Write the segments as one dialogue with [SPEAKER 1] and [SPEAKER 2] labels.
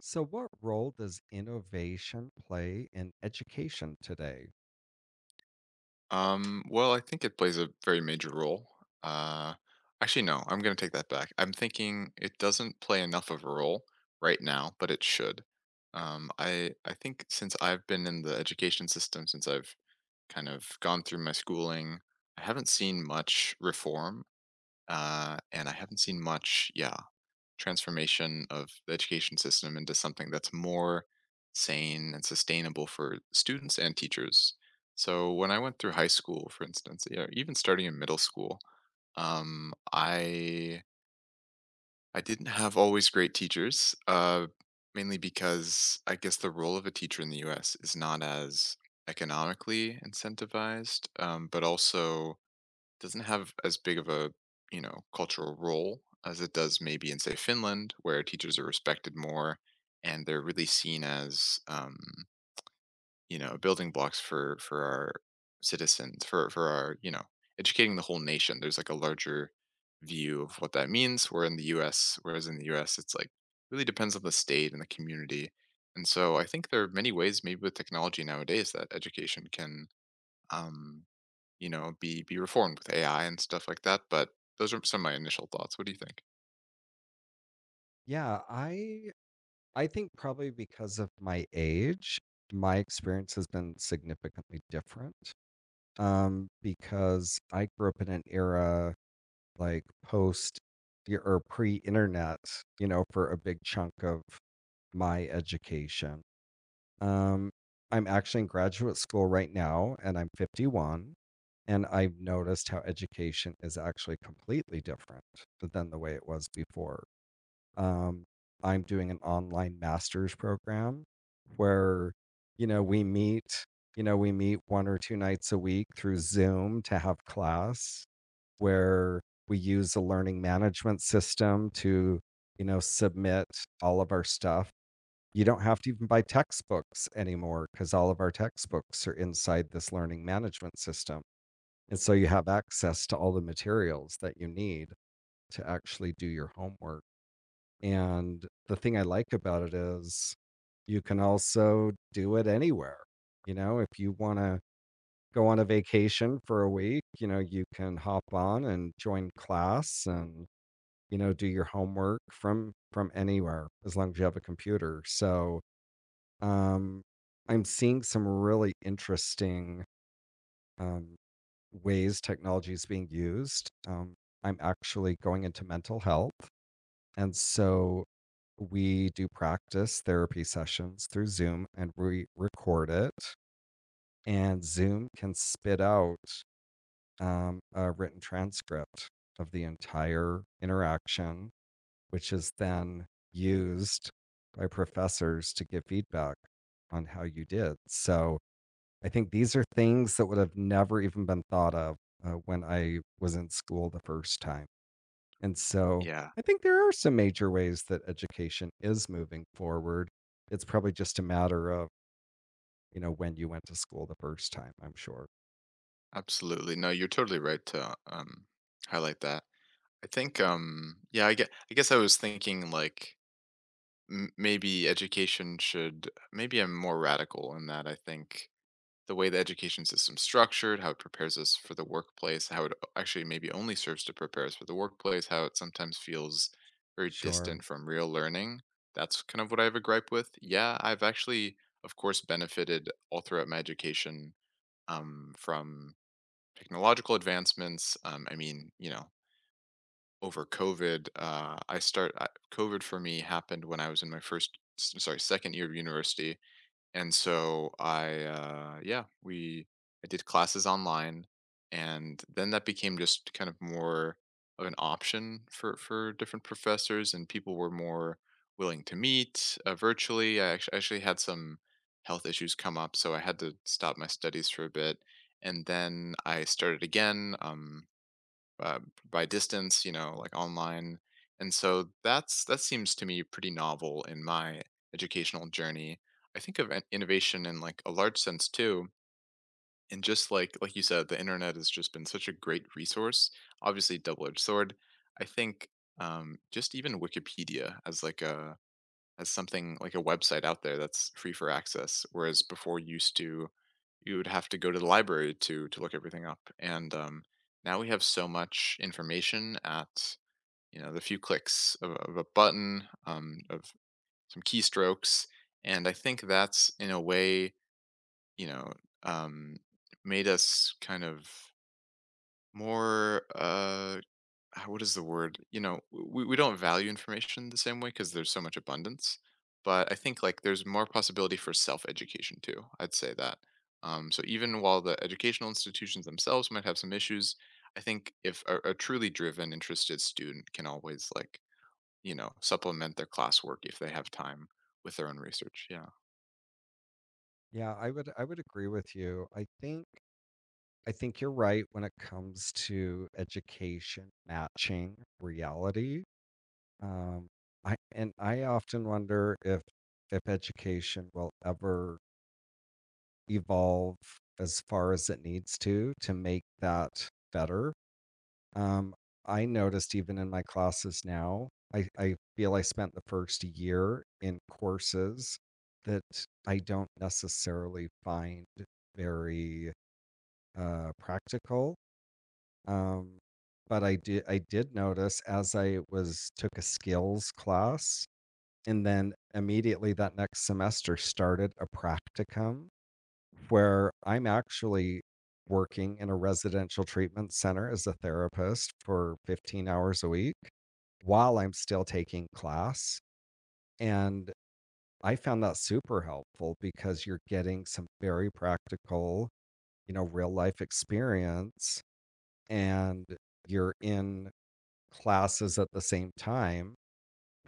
[SPEAKER 1] So, what role does innovation play in education today?
[SPEAKER 2] Well, I think it plays a very major role. Uh, Actually, no, I'm going to take that back. I'm thinking it doesn't play enough of a role right now, but it should. I think since I've been in the education system, since I've kind of gone through my schooling, I haven't seen much reform, and I haven't seen much, yeah, transformation of the education system into something that's more sane and sustainable for students and teachers. So when I went through high school, for instance, yeah, even starting in middle school, um, I I didn't have always great teachers, mainly because I guess the role of a teacher in the U.S. is not as economically incentivized, but also doesn't have as big of a cultural role as it does maybe in, say, Finland, where teachers are respected more and they're really seen as, building blocks for our citizens, for our educating the whole nation. There's like a larger view of what that means. Whereas in the U.S., it's like really depends on the state and the community. And so I think there are many ways, maybe with technology nowadays, that education can um, be reformed with AI and stuff like that. But those are some of my initial thoughts. What do you think?
[SPEAKER 1] Yeah, I think probably because of my age, my experience has been significantly different. Because I grew up in an era like post y- or pre-internet, you know, for a big chunk of my education. Um, I'm actually in graduate school right now, and I'm 51. And I've noticed how education is actually completely different than the way it was before. Um, I'm doing an online master's program where, you know, we meet one or two nights a week through Zoom to have class where we use the learning management system to, you know, submit all of our stuff. You don't have to even buy textbooks anymore because all of our textbooks are inside this learning management system and so you have access to all the materials that you need to actually do your homework. And the thing I like about it is you can also do it anywhere. You know, if you want to go on a vacation for a week, you know, you can hop on and join class and, you know, do your homework from anywhere as long as you have a computer. So, um I'm seeing some really interesting um ways technology is being used. I'm actually going into mental health. And so we do practice therapy sessions through Zoom and we record it. And Zoom can spit out a written transcript of the entire interaction, which is then used by professors to give feedback on how you did. So I think these are things that would have never even been thought of when I was in school the first time. And so
[SPEAKER 2] Yeah,
[SPEAKER 1] I think there are some major ways that education is moving forward. It's probably just a matter of, you know, when you went to school the first time, I'm sure.
[SPEAKER 2] absolutely. No, you're totally right to highlight that. I think, yeah, I guess I was thinking like, maybe education should, maybe I'm more radical in that. I think the way the education system's structured, how it prepares us for the workplace, how it actually maybe only serves to prepare us for the workplace, how it sometimes feels very
[SPEAKER 1] Sure.
[SPEAKER 2] distant from real learning. That's kind of what I have a gripe with. Yeah, I've actually, of course, benefited all throughout my education, from technological advancements. I mean, you know, over COVID, COVID for me happened when I was in my first, sorry, second year of university, and so I did classes online, and then that became just kind of more of an option for different professors, and people were more willing to meet virtually. I actually had some health issues come up, so I had to stop my studies for a bit, and then I started again. Uh, by distance, you know, like online. And so that seems to me pretty novel in my educational journey. I think of innovation in like a large sense too. And just like you said, the internet has just been such a great resource. Obviously, double edged sword. I think just even Wikipedia as like a as something like a website out there that's free for access. Whereas before, you would have to go to the library to look everything up. And now we have so much information at, the few clicks of a button, of some keystrokes, and I think that's in a way, you know um, made us kind of more. What is the word? You know, we don't value information the same way because there's so much abundance. But I think, like, there's more possibility for self education too. I'd say that. So even while the educational institutions themselves might have some issues, I think if a truly driven, interested student can always, like, supplement their classwork if they have time with their own research. Yeah.
[SPEAKER 1] Yeah, I would agree with you. I think you're right when it comes to education matching reality. Um, I often wonder if education will ever evolve as far as it needs to make that better. Um, I noticed even in my classes now, I feel I spent the first year in courses that I don't necessarily find very practical. Um, but I did notice as I was took a skills class and then immediately that next semester started a practicum where I'm actually working in a residential treatment center as a therapist for 15 hours a week while I'm still taking class. And I found that super helpful because you're getting some very practical, you know, real life experience and you're in classes at the same time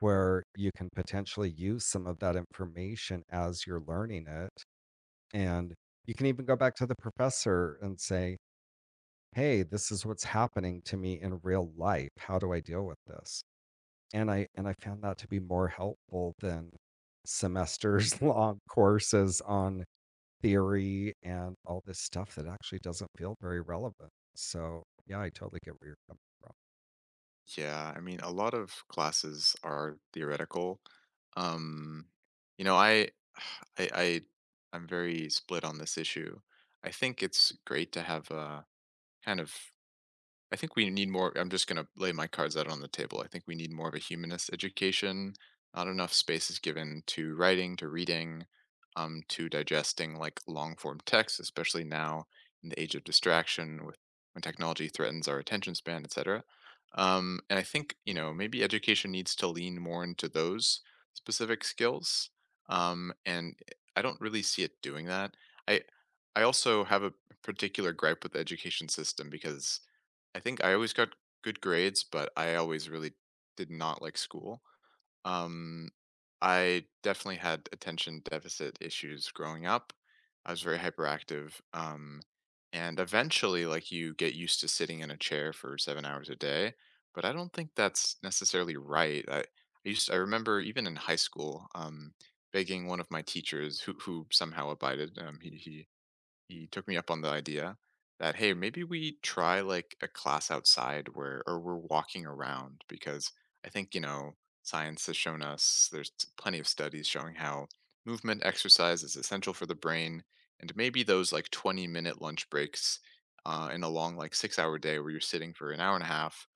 [SPEAKER 1] where you can potentially use some of that information as you're learning it. And you can even go back to the professor and say, "Hey, this is what's happening to me in real life. How do I deal with this?" And I found that to be more helpful than semesters long courses on theory and all this stuff that actually doesn't feel very relevant. So, yeah, I totally get where you're coming from.
[SPEAKER 2] Yeah, I mean, a lot of classes are theoretical. Um, you know, I, I, I, I'm very split on this issue. I think it's great to have a kind of. I think we need more. I'm just going to lay my cards out on the table. I think we need more of a humanist education. Not enough space is given to writing, to reading, to digesting, like, long form text, especially now in the age of distraction, with when technology threatens our attention span, etc. And I think, maybe education needs to lean more into those specific skills. And I don't really see it doing that. I I also have a particular gripe with the education system because I think I always got good grades, but I always really did not like school. Um, I definitely had attention deficit issues growing up. I was very hyperactive. And eventually, like, you get used to sitting in a chair for 7 hours a day. But I don't think that's necessarily right. I remember even in high school, begging one of my teachers who somehow abided. He took me up on the idea that, hey, maybe we try, like, a class outside, where or we're walking around, because I think, science has shown us there's plenty of studies showing how movement exercise is essential for the brain, and maybe those like 20-minute lunch breaks, in a long, like, 6 hour day where you're sitting for an hour and a half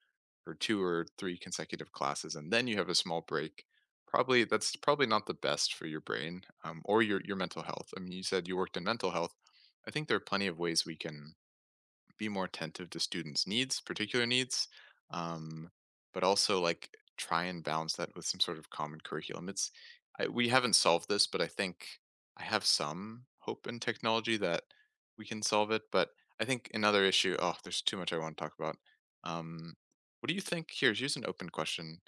[SPEAKER 2] for 2 or 3 consecutive classes, and then you have a small break. Probably That's probably not the best for your brain, or your mental health. I mean, you said you worked in mental health. I think there are plenty of ways we can be more attentive to students' needs, particular needs, um, but also, like, try and balance that with some sort of common curriculum. We haven't solved this, but I think I have some hope in technology that we can solve it. But I think another issue. Oh, there's too much I want to talk about. Um, what do you think? Here's an open question.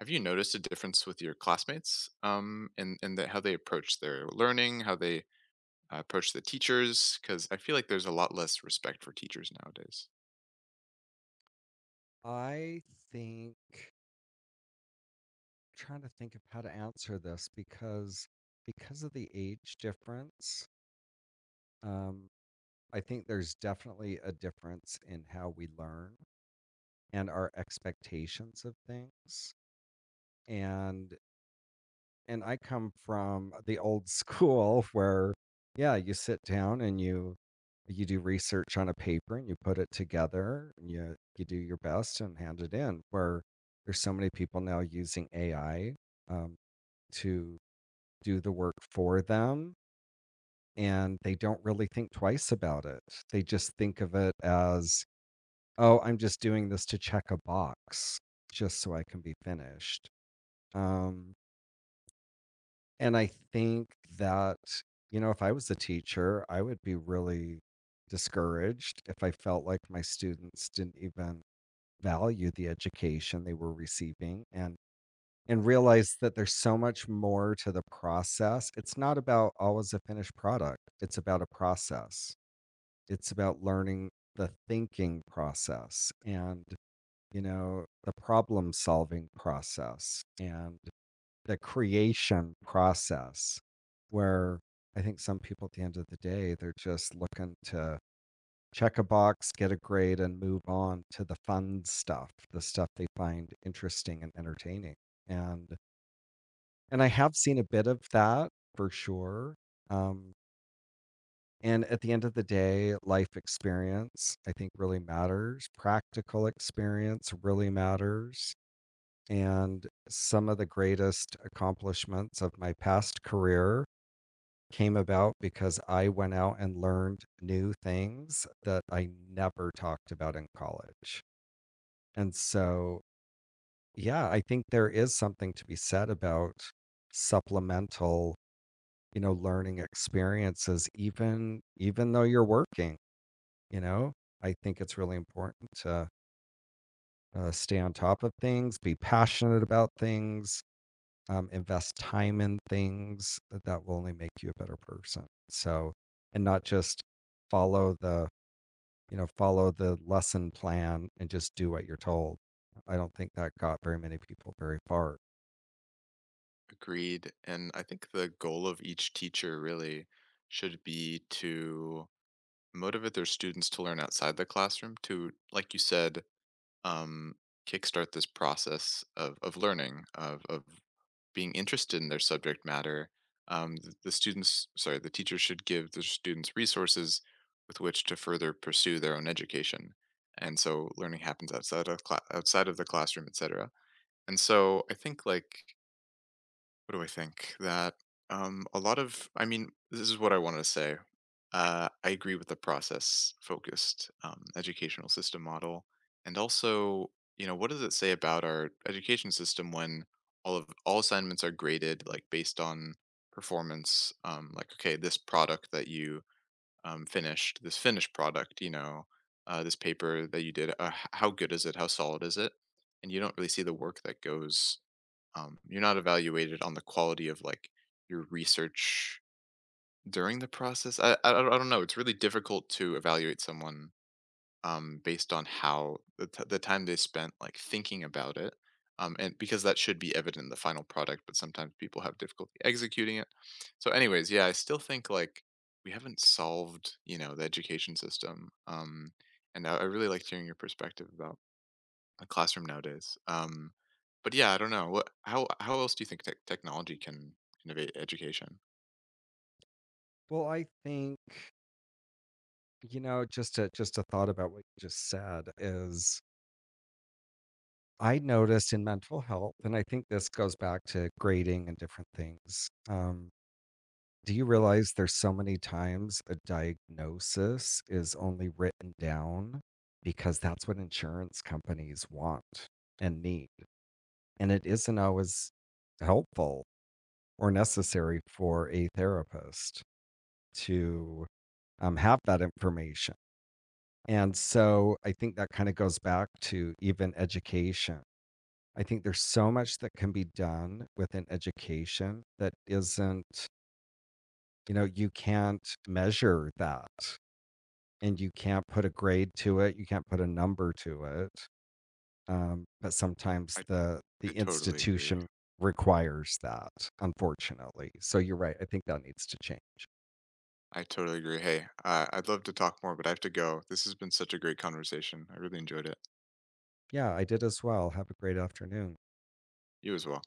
[SPEAKER 2] Have you noticed a difference with your classmates, how they approach their learning, how they approach the teachers, because I feel like there's a lot less respect for teachers nowadays.
[SPEAKER 1] I think trying to think of how to answer this because of the age difference, um, I think there's definitely a difference in how we learn and our expectations of things and I come from the old school where yeah you sit down and you do research on a paper and you put it together and you do your best and hand it in where there's so many people now using AI, um, to do the work for them and they don't really think twice about it. They just think of it as, oh, I'm just doing this to check a box just so I can be finished. Um, and I think that, you know, if I was a teacher, I would be really discouraged if I felt like my students didn't even value the education they were receiving and realize that there's so much more to the process. It's not about always a finished product. It's about a process. It's about learning the thinking process and, you know, the problem solving process and the creation process where I think some people at the end of the day, they're just looking to check a box, get a grade, and move on to the fun stuff, the stuff they find interesting and entertaining. And I have seen a bit of that for sure. Um, and at the end of the day, life experience, I think, really matters. Practical experience really matters. And some of the greatest accomplishments of my past career came about because I went out and learned new things that I never talked about in college. And so, yeah, I think there is something to be said about supplemental, you know, learning experiences even though you're working, you know? I think it's really important to stay on top of things, be passionate about things, invest time in things that will only make you a better person. So, and not just follow the, you know, follow the lesson plan and just do what you're told. I don't think that got very many people very far.
[SPEAKER 2] Agreed. And I think the goal of each teacher really should be to motivate their students to learn outside the classroom, to, like you said, um, kickstart this process of learning of being interested in their subject matter. The teachers should give the students resources with which to further pursue their own education, and so learning happens outside of the classroom, et cetera. And so I think, like, what do I think? That a lot of, I mean, this is what I wanted to say. I agree with the process-focused, educational system model, and also, you know, what does it say about our education system when all assignments are graded, like, based on performance? Like, okay, this product that you finished, this finished product, you know, this paper that you did, how good is it? How solid is it? And you don't really see the work that goes. You're not evaluated on the quality of, like, your research during the process. I don't know, it's really difficult to evaluate someone based on how the time they spent, like, thinking about it, and because that should be evident in the final product, but sometimes people have difficulty executing it. So, anyways, yeah, I still think, like, we haven't solved, the education system, and I really liked hearing your perspective about a classroom nowadays. But yeah, I don't know. What How else do you think technology can innovate education?
[SPEAKER 1] Well, I think, you know, just a thought about what you just said is I noticed in mental health, and I think this goes back to grading and different things. Do you realize there's so many times a diagnosis is only written down because that's what insurance companies want and need, and it isn't always helpful or necessary for a therapist to, have that information, and so I think that kinda goes back to even education. I think there's so much that can be done within education that isn't, you know, you can't measure that. And you can't put a grade to it, you can't put a number to it. But sometimes
[SPEAKER 2] I,
[SPEAKER 1] the
[SPEAKER 2] I
[SPEAKER 1] the
[SPEAKER 2] totally agree.
[SPEAKER 1] institution requires that, unfortunately. So you're right. I think that needs to change.
[SPEAKER 2] I totally agree. Hey, I'd love to talk more, but I have to go. This has been such a great conversation. I really enjoyed it.
[SPEAKER 1] Yeah, I did as well. Have a great afternoon.
[SPEAKER 2] You as well.